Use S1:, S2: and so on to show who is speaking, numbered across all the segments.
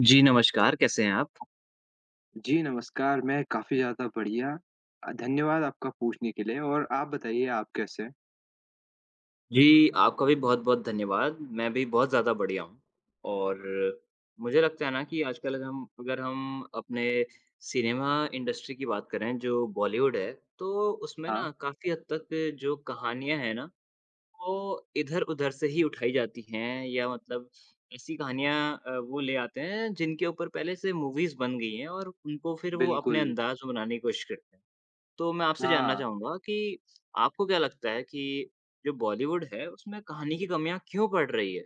S1: जी, नमस्कार, कैसे हैं आप?
S2: जी, नमस्कार, मैं काफ़ी ज़्यादा बढ़िया। धन्यवाद आपका पूछने के लिए और आप बताइए आप कैसे हैं?
S1: जी, आपका भी बहुत-बहुत धन्यवाद। मैं भी बहुत ज़्यादा बढ़िया हूँ और मुझे लगता है ना कि आजकल अगर हम अपने सिनेमा इंडस्ट्री की बात करें, जो बॉलीवुड है, तो उसमें
S2: हाँ,
S1: ना काफ़ी हद तक जो कहानियाँ हैं ना, वो इधर-उधर से ही उठाई जाती हैं या मतलब ऐसी कहानियाँ वो ले आते हैं जिनके ऊपर पहले से मूवीज़ बन गई हैं और उनको फिर वो अपने
S2: बिल्कुल।
S1: अंदाज़ में बनाने की कोशिश करते हैं। तो मैं आपसे जानना
S2: हाँ,
S1: चाहूँगा कि आपको क्या लगता है कि जो बॉलीवुड है, उसमें कहानी की कमियाँ क्यों पड़ रही है?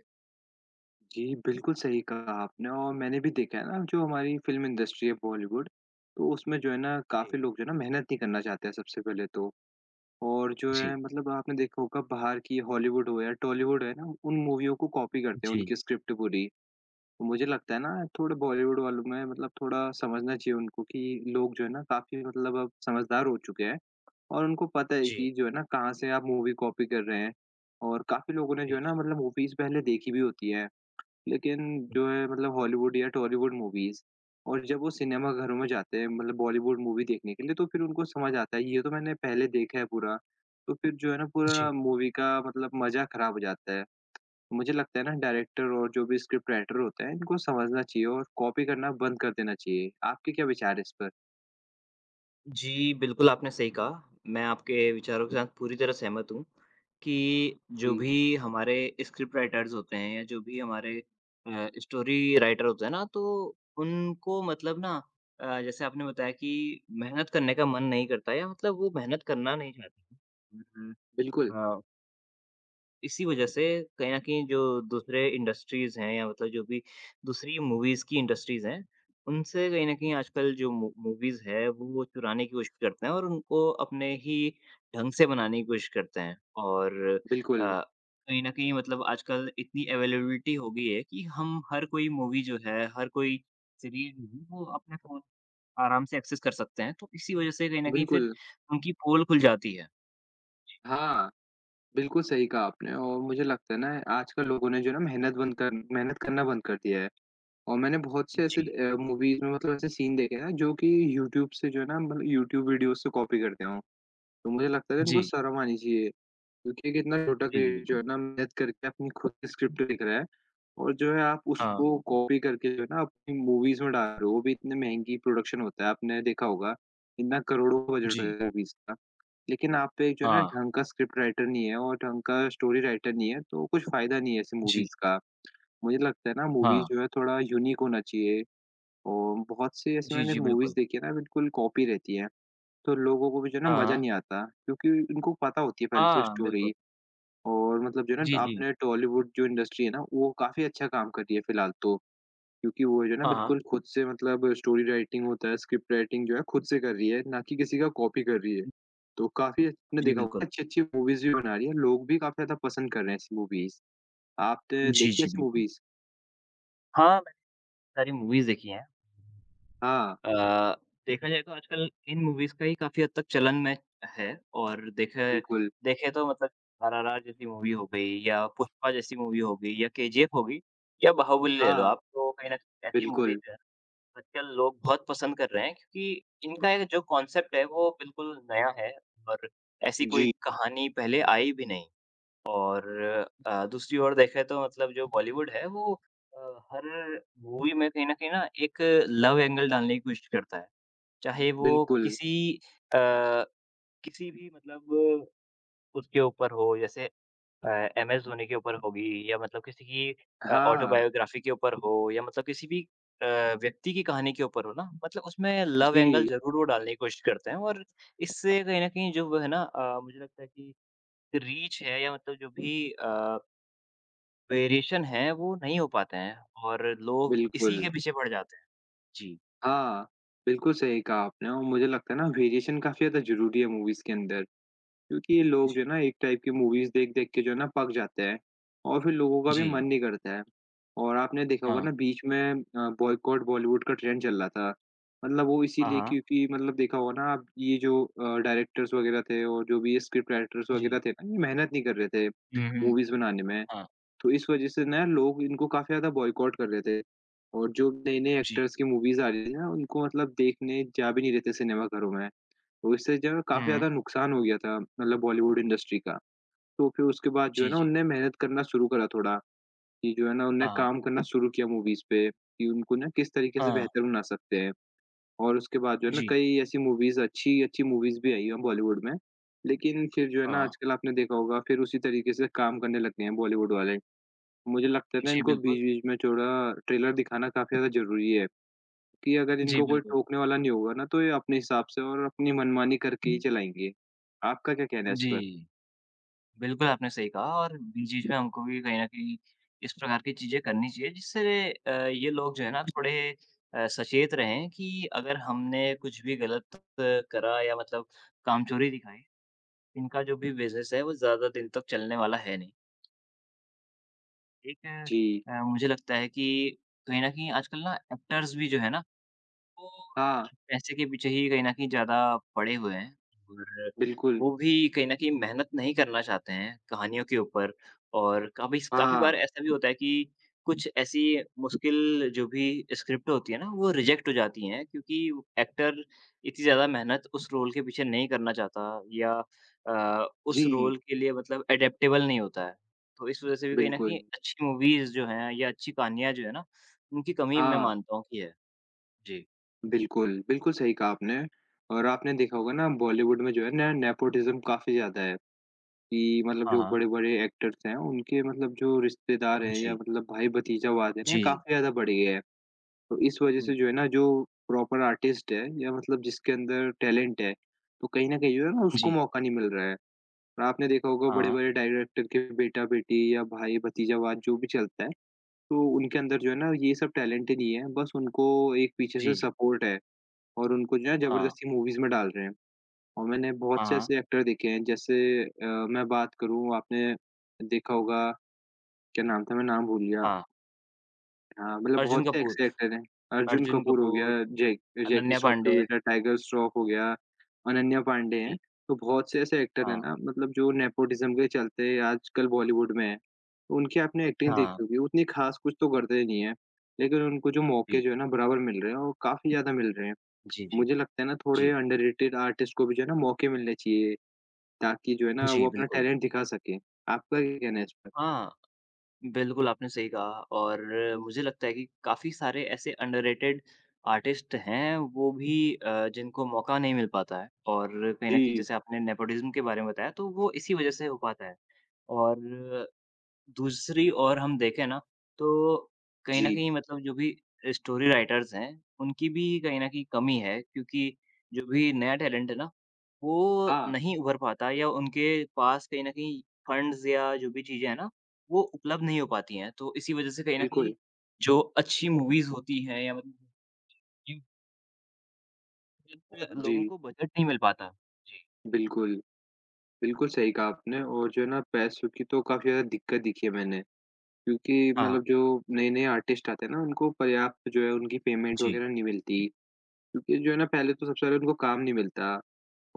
S2: जी, बिल्कुल सही कहा आपने और मैंने भी देखा है ना जो हमारी फ़िल्म इंडस्ट्री है बॉलीवुड, तो उसमें जो है ना काफ़ी
S1: जी,
S2: लोग जो है ना मेहनत नहीं करना चाहते हैं सबसे पहले तो। और जो है
S1: जी,
S2: मतलब आपने देखा होगा बाहर की हॉलीवुड हो या टॉलीवुड है ना, उन मूवियों को कॉपी करते हैं,
S1: जी,
S2: उनकी स्क्रिप्ट पूरी। तो मुझे लगता है ना थोड़ा बॉलीवुड वालों में मतलब थोड़ा समझना चाहिए उनको कि लोग जो है ना काफ़ी मतलब अब समझदार हो चुके हैं। और उनको पता है
S1: जी,
S2: कि जो है ना कहाँ से आप मूवी कॉपी कर रहे हैं और काफ़ी लोगों ने जो
S1: जी,
S2: है ना मतलब मूवीज़ पहले देखी भी होती है, लेकिन जो है मतलब हॉलीवुड या टॉलीवुड मूवीज़ और जब वो सिनेमा घरों में जाते हैं मतलब बॉलीवुड मूवी देखने के लिए तो फिर उनको समझ आता है ये तो मैंने पहले देखा है पूरा, तो फिर जो है ना
S1: जी।
S2: पूरा मूवी का मतलब मज़ा ख़राब हो जाता है। मुझे लगता है ना डायरेक्टर और जो भी स्क्रिप्ट राइटर होते हैं इनको समझना चाहिए और कॉपी करना बंद कर देना चाहिए। आपके क्या विचार है इस पर?
S1: जी, बिल्कुल आपने सही कहा। मैं आपके विचारों के साथ पूरी तरह सहमत हूँ कि जो
S2: जी,
S1: भी हमारे स्क्रिप्ट राइटर्स होते हैं या जो भी हमारे स्टोरी राइटर होते हैं ना, तो उनको मतलब ना जैसे आपने बताया कि मेहनत करने का मन नहीं करता या मतलब वो मेहनत करना नहीं चाहते। हुँ, हुँ।
S2: बिल्कुल,
S1: हाँ। इसी वजह से कहीं न कहीं जो दूसरे इंडस्ट्रीज़ हैं या मतलब जो भी दूसरी मूवीज़ की इंडस्ट्रीज़ हैं, उनसे कहीं न कहीं आजकल जो मू मूवीज़ है वो चुराने की कोशिश करते हैं और उनको अपने ही ढंग से बनाने की कोशिश करते हैं। और
S2: बिल्कुल,
S1: अ, कहीं न कहीं मतलब आजकल इतनी अवेलेबिलिटी हो गई है कि हम हर कोई मूवी जो है, हर कोई सीरीज़ जो है वो अपने फ़ोन आराम से एक्सेस कर सकते हैं। तो इसी वजह से कहीं न कहीं फिर
S2: बिल्कुल।
S1: उनकी पोल खुल जाती है।
S2: हाँ। बिल्कुल सही कहा आपने और मुझे लगता है ना आजकल लोगों ने जो ना मेहनत करना बंद कर दिया है और मैंने बहुत से ऐसे
S1: जी।
S2: मूवीज़ में मतलब ऐसे सीन देखे हैं जो कि यूट्यूब से जो है ना मतलब यूट्यूब वीडियोज़ से कॉपी करते हों। तो मुझे लगता है इनको
S1: जी।
S2: शर्म आनी चाहिए क्योंकि एक इतना छोटा
S1: जी, जी,
S2: क्रिएटर जो
S1: बिल्कुल।
S2: है ना मेहनत करके अपनी खुद की स्क्रिप्ट लिख रहा है और जो है आप
S1: हाँ,
S2: उसको कॉपी करके जो है ना अपनी मूवीज़ में डाल रहे हो, वो भी इतनी महँगी प्रोडक्शन होता है, आपने देखा होगा, इतना करोड़ों का बजट
S1: जी।
S2: होता है मूवीज़ का। लेकिन आप पे जो है ना
S1: हाँ,
S2: ढंग का स्क्रिप्ट राइटर नहीं है और ढंग का स्टोरी राइटर नहीं है, तो कुछ फ़ायदा नहीं है ऐसी
S1: जी,
S2: मूवीज़ का। मुझे लगता है ना मूवीज़
S1: हाँ।
S2: जो है थोड़ा यूनिक होना चाहिए और बहुत से ऐसे
S1: जी,
S2: मैंने
S1: जी,
S2: मूवीज़
S1: बिल्कुल।
S2: देखी है ना बिल्कुल कॉपी रहती हैं, तो लोगों को भी जो है ना
S1: हाँ,
S2: मज़ा
S1: हाँ।
S2: नहीं आता क्योंकि उनको पता होती है पहले से
S1: हाँ, बिल्कुल।
S2: स्टोरी। और मतलब जो है
S1: जी,
S2: ना
S1: जी।
S2: आपने टॉलीवुड जो इंडस्ट्री है ना, वो काफ़ी अच्छा काम कर रही है फ़िलहाल तो। क्योंकि वो जो है ना
S1: हाँ, हाँ।
S2: बिल्कुल खुद से मतलब स्टोरी राइटिंग होता है, स्क्रिप्ट राइटिंग जो है खुद से कर रही है, ना कि किसी का कॉपी कर रही है। तो काफ़ी आपने
S1: जी,
S2: देखा
S1: बिल्कुल।
S2: होगा अच्छी-अच्छी मूवीज़ भी बना रही है, लोग भी काफ़ी ज़्यादा पसंद कर रहे हैं ऐसी मूवीज़। आपने
S1: जी,
S2: देखी है
S1: जी,
S2: ऐसी
S1: बिल्कुल।
S2: मूवीज़?
S1: हाँ, मैंने सारी मूवीज़ देखी हैं।
S2: हाँ,
S1: अ, देखा जाए तो आजकल इन मूवीज़ का ही काफ़ी हद तक चलन में है और
S2: बिल्कुल।
S1: देखें तो मतलब आरआरआर जैसी मूवी हो गई या पुष्पा जैसी मूवी हो गई या केजीएफ हो गई या बाहुबली ले लो
S2: हाँ,
S1: आप, तो कहीं न ऐसी
S2: बिल्कुल।
S1: मूवीज़ हैं आजकल लोग बहुत पसंद कर रहे हैं क्योंकि इनका एक जो कॉन्सेप्ट है वो बिल्कुल नया है और ऐसी कोई
S2: जी,
S1: कहानी पहले आई भी नहीं। और दूसरी ओर देखें तो मतलब जो बॉलीवुड है वो हर मूवी में कहीं न कहीं ना एक लव एंगल डालने की कोशिश करता है। चाहे वो
S2: बिल्कुल।
S1: किसी अ, किसी भी मतलब उसके ऊपर हो जैसे अ, एमएस धोनी के ऊपर होगी या मतलब किसी की
S2: हाँ,
S1: ऑटोबायोग्राफी के ऊपर हो या मतलब किसी भी अ, व्यक्ति की कहानी के ऊपर हो ना, मतलब उसमें लव एंगल
S2: जी,
S1: ज़रूर वो डालने की कोशिश करते हैं और इससे कहीं न कहीं जो वो है ना मुझे लगता है कि रीच है या मतलब जो भी वेरिएशन है वो नहीं हो पाते हैं और लोग इसी
S2: बिल्कुल।
S1: के पीछे पड़ जाते हैं। जी।
S2: हाँ, बिल्कुल सही कहा आपने और मुझे लगता है ना वेरिएशन काफ़ी ज़्यादा ज़रूरी है मूवीज़ के अंदर। क्योंकि ये
S1: जी,
S2: लोग जो है ना एक टाइप की मूवीज़ देख-देख के जो है ना पक जाते हैं और फिर लोगों का भी
S1: जी।
S2: मन नहीं करता है। और आपने देखा होगा
S1: हाँ।
S2: ना बीच में बॉयकॉट बॉलीवुड का ट्रेंड चल रहा था। मतलब वो
S1: हाँ,
S2: इसीलिए
S1: हाँ।
S2: क्योंकि मतलब देखा होगा ना आप ये जो डायरेक्टर्स वगैरह थे और जो भी स्क्रिप्ट राइटर्स
S1: जी।
S2: वगैरह थे ना ये मेहनत नहीं कर रहे थे
S1: हुँ, हुँ।
S2: मूवीज़ बनाने में।
S1: हाँ।
S2: तो इस वज़ह से ना लोग इनको काफ़ी ज़्यादा बॉयकॉट कर रहे थे। और जो नए-नए
S1: जी।
S2: एक्टर्स की मूवीज़ आ रही थी ना उनको मतलब देखने जा भी नहीं रहे थे सिनेमा घरों में। वो इससे जो है काफ़ी
S1: हुँ।
S2: ज़्यादा नुकसान हो गया था मतलब बॉलीवुड इंडस्ट्री का। तो फिर उसके बाद जो है
S1: जी,
S2: ना
S1: जी।
S2: उनने मेहनत करना शुरू करा थोड़ा, कि जो है ना उनने
S1: हाँ, हाँ।
S2: काम करना शुरू किया मूवीज़ पे, कि उनको ना किस तरीके से
S1: हाँ।
S2: बेहतर बना सकते हैं। और उसके बाद जो है ना
S1: जी।
S2: कई ऐसी मूवीज़ अच्छी-अच्छी मूवीज़ भी आई हैं बॉलीवुड में। लेकिन फिर जो है ना
S1: हाँ।
S2: आजकल आपने देखा होगा फिर उसी तरीके से काम करने लग गए हैं बॉलीवुड वाले। मुझे लगता है ना
S1: जी,
S2: इनको
S1: बिल्कुल।
S2: बीच-बीच में थोड़ा ट्रेलर दिखाना काफ़ी ज़्यादा ज़रूरी है। कि अगर
S1: जी,
S2: इनको कोई
S1: बिल्कुल।
S2: टोकने वाला नहीं होगा ना, तो ये अपने हिसाब से और अपनी मनमानी करके ही चलाएँगे। आपका क्या कहना है इस
S1: जी,
S2: पर?
S1: बिल्कुल आपने सही कहा और बीच-बीच में हमको भी कहीं न कहीं इस प्रकार की चीज़ें करनी चाहिए जिससे ये लोग जो है ना थोड़े सचेत रहें कि अगर हमने कुछ भी गलत करा या मतलब कामचोरी दिखाई, इनका जो भी बिज़नेस है वो ज़्यादा दिन तक चलने वाला है नहीं। एक
S2: जी,
S1: मुझे लगता है कि कहीं न कहीं आजकल ना एक्टर्स भी जो है ना वो
S2: हाँ,
S1: सिर्फ़ पैसे के पीछे ही कहीं न कहीं ज़्यादा पड़े हुए हैं और
S2: बिल्कुल,
S1: वो भी कहीं न कहीं मेहनत नहीं करना चाहते हैं कहानियों के ऊपर और काफ़ी
S2: हाँ,
S1: बार ऐसा भी होता है कि कुछ ऐसी मुश्किल जो भी स्क्रिप्ट होती है ना, वो रिजेक्ट हो जाती हैं क्योंकि एक्टर इतनी ज़्यादा मेहनत उस रोल के पीछे नहीं करना चाहता या उस
S2: जी,
S1: रोल के लिए मतलब एडेप्टेबल नहीं होता है। तो इस वज़ह से भी कहीं न कहीं
S2: बिल्कुल,
S1: अच्छी मूवीज़ जो हैं या अच्छी कहानियाँ जो है ना, उनकी कमी मैं
S2: हाँ,
S1: मानता हूँ कि है। जी।
S2: बिल्कुल। बिल्कुल सही कहा आपने और आपने देखा होगा ना बॉलीवुड में जो है ना नेपोटिज़्म काफ़ी ज़्यादा है कि मतलब जो बड़े-बड़े एक्टर्स हैं, उनके मतलब जो रिश्तेदार हैं या
S1: जी,
S2: मतलब भाई-भतीजावाद है ना,
S1: जी, जी।
S2: काफ़ी ज़्यादा बढ़ गया है। तो इस वजह
S1: हुँ,
S2: से जो है ना, जो प्रॉपर आर्टिस्ट है या मतलब जिसके अंदर टैलेंट है, तो कहीं न कहीं जो है ना उसको
S1: जी,
S2: मौका नहीं मिल रहा है। और आपने देखा होगा
S1: हाँ,
S2: बड़े-बड़े डायरेक्टर के बेटा-बेटी या भाई-भतीजावाद जो भी चलता है, तो उनके अंदर जो है ना ये सब टैलेंट ही नहीं है, बस उनको एक पीछे से
S1: जी, जी,
S2: सपोर्ट है और उनको जो है
S1: हाँ,
S2: ज़बरदस्ती मूवीज़ में डाल रहे हैं। और मैंने
S1: हाँ,
S2: बहुत से
S1: हाँ,
S2: ऐसे एक्टर देखे हैं जैसे मैं बात करूँ आपने देखा होगा, क्या नाम था? मैं नाम भूल गया।
S1: हाँ,
S2: हाँ, मतलब
S1: अर्जुन
S2: बहुत से
S1: कपूर
S2: एक्स एक्टर हैं। अर्जुन
S1: अर्जुन
S2: कपूर हो
S1: कपूर,
S2: गया, जैकी
S1: अनन्या
S2: श्रॉफ के
S1: पांडे,
S2: बेटा टाइगर श्रॉफ हो गया, अनन्या पांडे हैं।
S1: जी,
S2: तो बहुत से ऐसे एक्टर हैं
S1: हाँ,
S2: ना मतलब जो नेपोटिज़्म के चलते आजकल बॉलीवुड में हैं। तो उनकी आपने एक्टिंग
S1: हाँ,
S2: देखी होगी, उतनी ख़ास कुछ तो करते नहीं हैं। लेकिन उनको जो
S1: जी,
S2: मौके जो है ना बराबर मिल रहे हैं और काफ़ी ज़्यादा मिल रहे हैं।
S1: जी, जी,
S2: मुझे लगता है ना
S1: जी,
S2: थोड़े अंडररेटेड आर्टिस्ट को भी जो है ना मौके मिलने चाहिए, ताकि जो है ना वो
S1: जी,
S2: अपना
S1: बिल्कुल।
S2: टैलेंट दिखा सकें। आपका क्या कहना है इस पर?
S1: हाँ, बिल्कुल आपने सही कहा और मुझे लगता है कि काफ़ी सारे ऐसे अंडररेटेड आर्टिस्ट हैं, वो भी जिनको मौका नहीं मिल पाता है और कहीं न कहीं
S2: जी,
S1: जैसे आपने नेपोटिज़्म के बारे में बताया, तो वो इसी वजह से हो पाता है और दूसरी ओर हम देखें ना, तो कहीं
S2: जी।
S1: न कहीं मतलब जो भी स्टोरी राइटर्स हैं, उनकी भी कहीं न कहीं कमी है क्योंकि जो भी नया टैलेंट है ना, वो
S2: हाँ,
S1: नहीं उभर पाता या उनके पास कहीं न कहीं फंड्स या जो भी चीज़ें हैं ना, वो उपलब्ध नहीं हो पाती हैं। तो इसी वजह से कहीं न कहीं
S2: बिल्कुल।
S1: जो अच्छी मूवीज़ होती हैं या मतलब जिनपे लोगों
S2: जी,
S1: को बजट नहीं मिल पाता। जी,
S2: बिल्कुल। बिल्कुल सही कहा आपने और जो है ना पैसों की तो काफ़ी ज़्यादा दिक्कत दिखी है मैंने, क्योंकि
S1: हाँ,
S2: मतलब जो नए-नए आर्टिस्ट आते हैं ना उनको पर्याप्त जो है उनकी पेमेंट
S1: जी।
S2: वग़ैरह नहीं मिलती, क्योंकि जो है ना पहले तो सबसे पहले उनको काम नहीं मिलता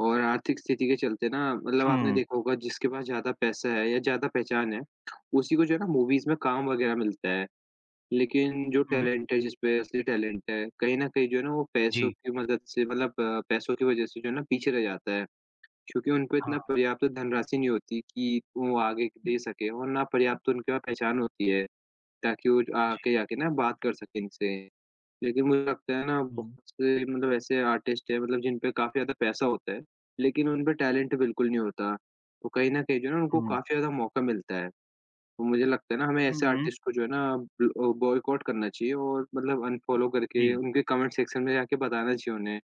S2: और आर्थिक स्थिति के चलते ना मतलब आपने
S1: हुँ,
S2: देखा होगा जिसके पास ज़्यादा पैसा है या ज़्यादा पहचान है, उसी को जो है ना मूवीज़ में काम वग़ैरह मिलता है। लेकिन जो
S1: हुँ,
S2: टैलेंट है जिस पे असली टैलेंट है, कहीं न कहीं जो है ना वो पैसों
S1: जी,
S2: की मदद से मतलब पैसों की वज़ह से जो है ना पीछे रह जाता है। क्योंकि उनको इतना
S1: हाँ,
S2: पर्याप्त धनराशि नहीं होती कि वो आगे दे सकें और ना पर्याप्त उनके पास पहचान होती है, ताकि वो ज
S1: जी।
S2: आके जाके ना बात कर सकें इनसे। लेकिन मुझे लगता है ना
S1: हुँ,
S2: बहुत से मतलब ऐसे आर्टिस्ट हैं मतलब जिन पे काफ़ी ज़्यादा पैसा होता है, लेकिन उन पे टैलेंट बिल्कुल नहीं होता। तो कहीं न कहीं जो है ना उनको
S1: हुँ,
S2: काफ़ी ज़्यादा मौका मिलता है। तो मुझे लगता है ना हमें
S1: हुँ,
S2: ऐसे
S1: हुँ।
S2: आर्टिस्ट को जो है ना बॉयकॉट करना चाहिए और मतलब अनफ़ॉलो करके
S1: जी,
S2: उनके कमेंट सेक्शन में जाके बताना चाहिए उन्हें,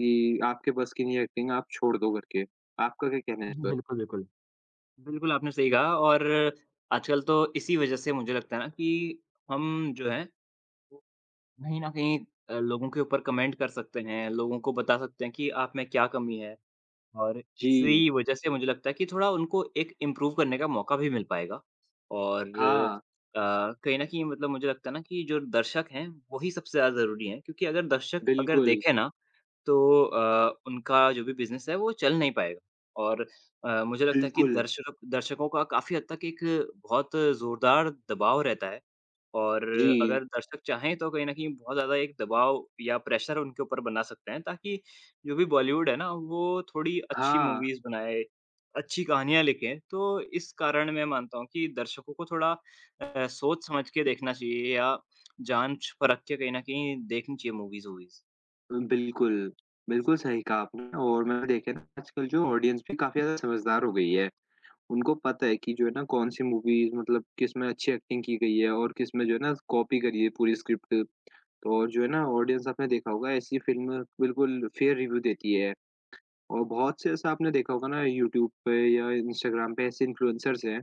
S2: कि आपके बस की नहीं एक्टिंग आप छोड़ दो करके। आपका क्या कहना है इस पर?
S1: बिल्कुल, बिल्कुल। बिल्कुल, आपने सही कहा और आजकल तो इसी वजह से मुझे लगता है ना कि हम जो है वो कहीं न कहीं लोगों के ऊपर कमेंट कर सकते हैं, लोगों को बता सकते हैं कि आप में क्या कमी है और
S2: जी,
S1: इसी वजह से मुझे लगता है कि थोड़ा उनको एक इम्प्रूव करने का मौका भी मिल पाएगा और
S2: हाँ,
S1: अ, कहीं न कहीं मतलब मुझे लगता है ना कि जो दर्शक हैं, वही सबसे ज़्यादा ज़रूरी हैं क्योंकि अगर
S2: बिल्कुल,
S1: देखें ना तो उनका जो भी बिज़नेस है वो चल नहीं पाएगा और मुझे लगता है कि
S2: बिल्कुल,
S1: दर्शकों का काफ़ी हद तक एक बहुत ज़ोरदार दबाव रहता है और
S2: जी,
S1: अगर दर्शक चाहें तो कहीं न कहीं बहुत ज़्यादा एक दबाव या प्रेशर उनके ऊपर बना सकते हैं ताकि जो भी बॉलीवुड है ना, वो थोड़ी अच्छी
S2: हाँ,
S1: मूवीज़ बनाए, अच्छी कहानियाँ लिखे। तो इस कारण मैं मानता हूँ कि दर्शकों को थोड़ा सोच समझ के देखना चाहिए या जाँच-परख के कहीं न कहीं देखनी चाहिए मूवीज़-वूवीज़।
S2: बिल्कुल। बिल्कुल सही कहा आपने और मैंने देखा है ना आजकल जो ऑडियंस भी काफ़ी ज़्यादा समझदार हो गई है। उनको पता है कि जो है ना कौन-सी मूवीज़ मतलब किसमें अच्छी एक्टिंग की गई है और किसमें जो है ना कॉपी करी है पूरी स्क्रिप्ट। और जो है ना ऑडियंस आपने देखा होगा ऐसी फ़िल्म बिल्कुल फ़ेयर रिव्यू देती है और बहुत से ऐसा आपने देखा होगा ना यूट्यूब पे या इंस्टाग्राम पे ऐसे इन्फ्लुएंसर्स हैं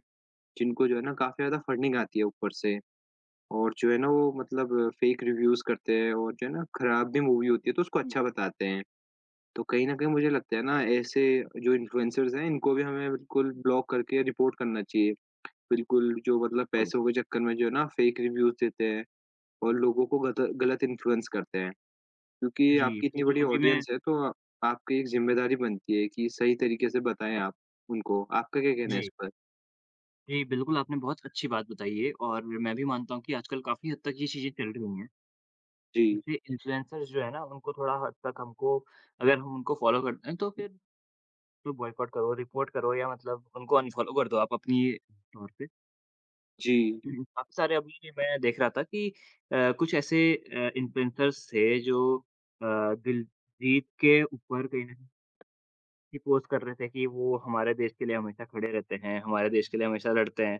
S2: जिनको जो है ना काफ़ी ज़्यादा फंडिंग आती है ऊपर से और जो है ना वो मतलब फेक रिव्यूज़ करते हैं और जो है ना खराब भी मूवी होती है तो उसको अच्छा बताते हैं। तो कहीं न कहीं मुझे लगता है ना ऐसे जो इन्फ्लुएंसर्स हैं इनको भी हमें बिल्कुल ब्लॉक करके रिपोर्ट करना चाहिए। बिल्कुल जो मतलब पैसों के चक्कर में जो है ना फेक रिव्यूज़ देते हैं और लोगों को गत गलत इन्फ्लुएंस करते हैं। क्योंकि
S1: जी,
S2: आपकी इतनी
S1: बिल्कुल
S2: बड़ी
S1: अभी मैं
S2: ऑडियंस है तो आपकी एक ज़िम्मेदारी बनती है कि सही तरीके से बताएँ आप उनको। आपका क्या कहना है
S1: जी,
S2: इस पर?
S1: जी बिल्कुल आपने बहुत अच्छी बात बताई है और मैं भी मानता हूँ कि आजकल काफ़ी हद तक ये चीज़ें चल रही हैं।
S2: जी,
S1: जैसे इन्फ्लुएंसर्स जो है ना उनको थोड़ा हद तक हमको अगर हम उनको फ़ॉलो करते हैं तो फिर तो बॉयकॉट करो, रिपोर्ट करो या मतलब उनको अनफ़ॉलो कर दो आप अपनी तौर पे।
S2: जी।
S1: काफ़ी सारे अभी मैं देख रहा था कि कुछ ऐसे इन्फ्लुएंसर्स थे जो दिलजीत के ऊपर कहीं न ही पोस्ट कर रहे थे कि वो हमारे देश के लिए हमेशा खड़े रहते हैं, हमारे देश के लिए हमेशा लड़ते हैं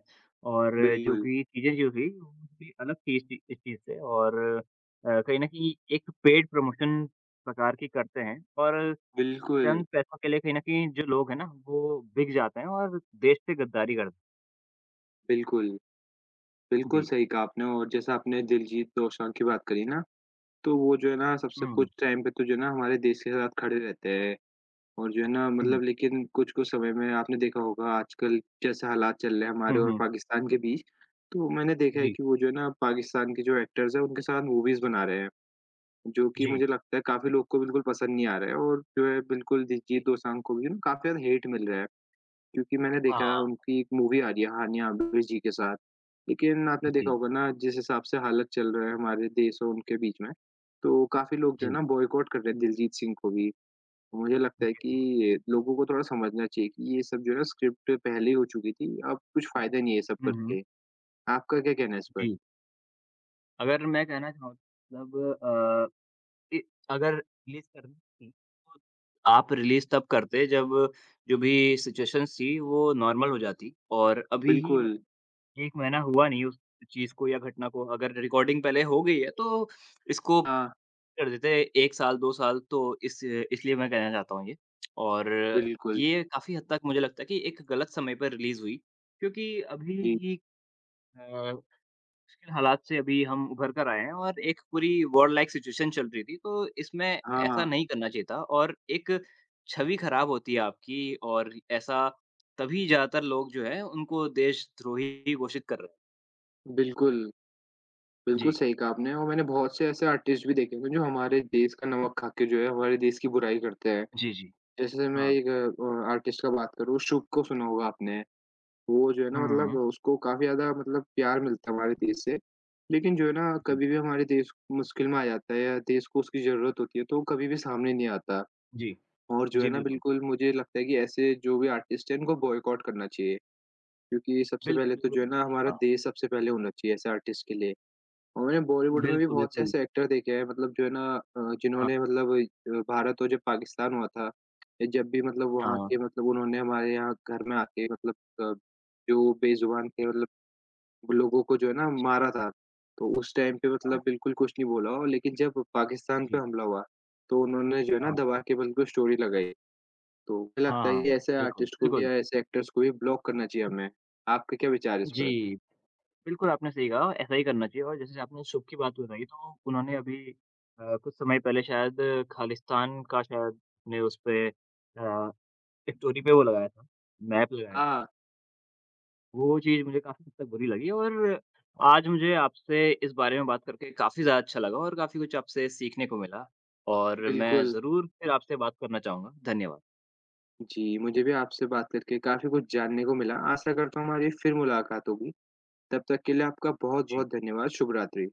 S1: और जो
S2: बिल्कुल,
S1: कि चीज़ें जो हुई, वो भी अलग थी इस चीज़ से और कहीं न कहीं एक पेड प्रमोशन प्रकार की करते हैं और
S2: बिल्कुल।
S1: चंद पैसों के लिए कहीं न कहीं जो लोग हैं ना, वो बिक जाते हैं और देश से गद्दारी कर
S2: बिल्कुल, बिल्कुल
S1: जी।
S2: सही कहा आपने और जैसा आपने दिलजीत दोसांझ की बात करी ना, तो वो जो है ना सबसे
S1: हुँ,
S2: कुछ टाइम पे तो जो है ना हमारे देश के साथ खड़े रहते हैं और जो है ना
S1: हुँ।
S2: मतलब लेकिन कुछ-कुछ समय में आपने देखा होगा आजकल जैसे हालात चल रहे हैं
S1: हुँ,
S2: हमारे और
S1: हुँ।
S2: पाकिस्तान के बीच, तो मैंने देखा है
S1: जी,
S2: कि वो जो है ना पाकिस्तान के जो एक्टर्स हैं उनके साथ मूवीज़ बना रहे हैं, जो कि
S1: जी,
S2: मुझे लगता है काफ़ी लोग को बिल्कुल पसंद नहीं आ रहा है और जो है बिल्कुल
S1: जी।
S2: दिलजीत दोसांझ को भी ना काफ़ी ज़्यादा हेट मिल रहा है। क्योंकि मैंने देखा है
S1: हाँ,
S2: उनकी एक मूवी आ रही है हानिया आबिद जी के साथ। लेकिन आपने देखा
S1: जी,
S2: होगा ना जिस हिसाब से हालत चल रहा है हमारे देश और उनके बीच में, तो काफ़ी लोग जो है
S1: जी।
S2: ना बॉयकॉट कर रहे हैं दिलजीत सिंह को भी। तो मुझे
S1: जी,
S2: लगता है
S1: बिल्कुल।
S2: कि लोगों को थोड़ा समझना चाहिए कि ये सब जो है ना स्क्रिप्ट पहले ही हो चुकी थी, अब कुछ फ़ायदा नहीं है ये सब
S1: हुँ, हुँ।
S2: करके। आपका क्या कहना है इस पर?
S1: जी, अगर मैं कहना चाहूँ मतलब अ इ अगर रिलीज़ करनी थी, तो आप रिलीज़ तब करते जब जो भी सिचुएशंस थी वो नॉर्मल हो जाती और अभी ही मत
S2: बिल्कुल।
S1: 1 महीना हुआ नहीं उस चीज़ को या घटना को अगर रिकॉर्डिंग पहले हो गई है तो इसको
S2: हाँ,
S1: कर देते 1 साल, 2 साल तो इस इसलिए मैं कहना चाहता हूँ ये। और
S2: बिल्कुल।
S1: ये काफ़ी हद तक मुझे लगता है कि एक गलत समय पर रिलीज़ हुई क्योंकि अभी
S2: जी।
S1: ही अ मुश्किल हालात से अभी हम उभर कर आए हैं और एक पूरी वॉर लाइक सिचुएशन चल रही थी तो इसमें ऐसा
S2: हाँ,
S1: नहीं करना चाहिए था और एक छवि खराब होती है आपकी और ऐसा तभी ज्यादातर लोग जो है उनको देशद्रोही घोषित कर रहे हैं
S2: बिल्कुल। बिल्कुल
S1: जी,
S2: सही कहा आपने और मैंने बहुत से ऐसे आर्टिस्ट भी देखे हैं जो हमारे देश का नमक खा के जो है हमारे देश की बुराई करते हैं।
S1: जी, जी।
S2: जैसे मैं
S1: हाँ।
S2: एक आर्टिस्ट का बात करूँ, शुभ को सुना होगा आपने। वो जो है ना
S1: हुँ,
S2: मतलब
S1: हुँ।
S2: उसको काफ़ी ज़्यादा मतलब प्यार मिलता है हमारे देश से। लेकिन जो है ना
S1: जी,
S2: कभी भी हमारे देश मुश्किल में आ जाता है या देश को उसकी ज़रूरत होती है तो वो कभी भी सामने नहीं आता।
S1: जी,
S2: और जो है
S1: जी,
S2: ना
S1: बिल्कुल।
S2: बिल्कुल मुझे लगता है कि ऐसे जो भी आर्टिस्ट हैं इनको बॉयकॉट करना चाहिए। क्योंकि सबसे
S1: बिल्कुल,
S2: पहले तो
S1: बिल्कुल,
S2: जो है ना
S1: सही
S2: हमारा
S1: कहा।
S2: देश सबसे पहले होना चाहिए ऐसे आर्टिस्ट के लिए। और मैंने बॉलीवुड में भी
S1: बिल्कुल,
S2: बहुत से
S1: बिल्कुल।
S2: ऐसे एक्टर देखे हैं मतलब जो है ना
S1: हाँ,
S2: जिन्होंने मतलब भारत और जब पाकिस्तान हुआ था, ये जब भी मतलब वहाँ
S1: हाँ।
S2: के मतलब उन्होंने हमारे यहाँ घर में आके मतलब अ, जो बेज़ुबान
S1: जी,
S2: थे मतलब वो लोगों को जो है ना
S1: जी,
S2: मारा था, तो उस टाइम पे
S1: हाँ।
S2: मतलब बिल्कुल कुछ नहीं बोला और लेकिन जब पाकिस्तान पे
S1: जी,
S2: हमला हुआ, तो उन्होंने जो है ना
S1: हाँ।
S2: दबा के बिल्कुल स्टोरी लगाई। तो मुझे लगता
S1: हाँ,
S2: है कि
S1: हाँ,
S2: ऐसे
S1: बिल्कुल,
S2: आर्टिस्ट को भी
S1: बिल्कुल।
S2: या ऐसे एक्टर्स को भी ब्लॉक करना चाहिए हमें। आपका क्या विचार है इस पर?
S1: जी। बिल्कुल, आपने सही कहा, ऐसा ही करना चाहिए और जैसे आपने सूप की बात बताई तो उन्होंने अभी कुछ समय पहले शायद खालिस्तान का शायद ने उस पे स्टोरी पे वो लगाया था, मैप लगाया था।
S2: हाँ,
S1: वो चीज़ मुझे काफ़ी हद तक बुरी लगी और आज मुझे आपसे इस बारे में बात करके काफ़ी ज़्यादा अच्छा लगा और काफ़ी कुछ आपसे सीखने को मिला और मैं
S2: बिल्कुल।
S1: ज़रूर फिर आपसे बात करना चाहूँगा। धन्यवाद।
S2: जी, मुझे भी आपसे बात करके काफ़ी कुछ जानने को मिला। आशा करता हूँ हमारी फिर मुलाकात होगी। तब तक के लिए आपका
S1: जी।
S2: बहुत-बहुत धन्यवाद। शुभ रात्रि।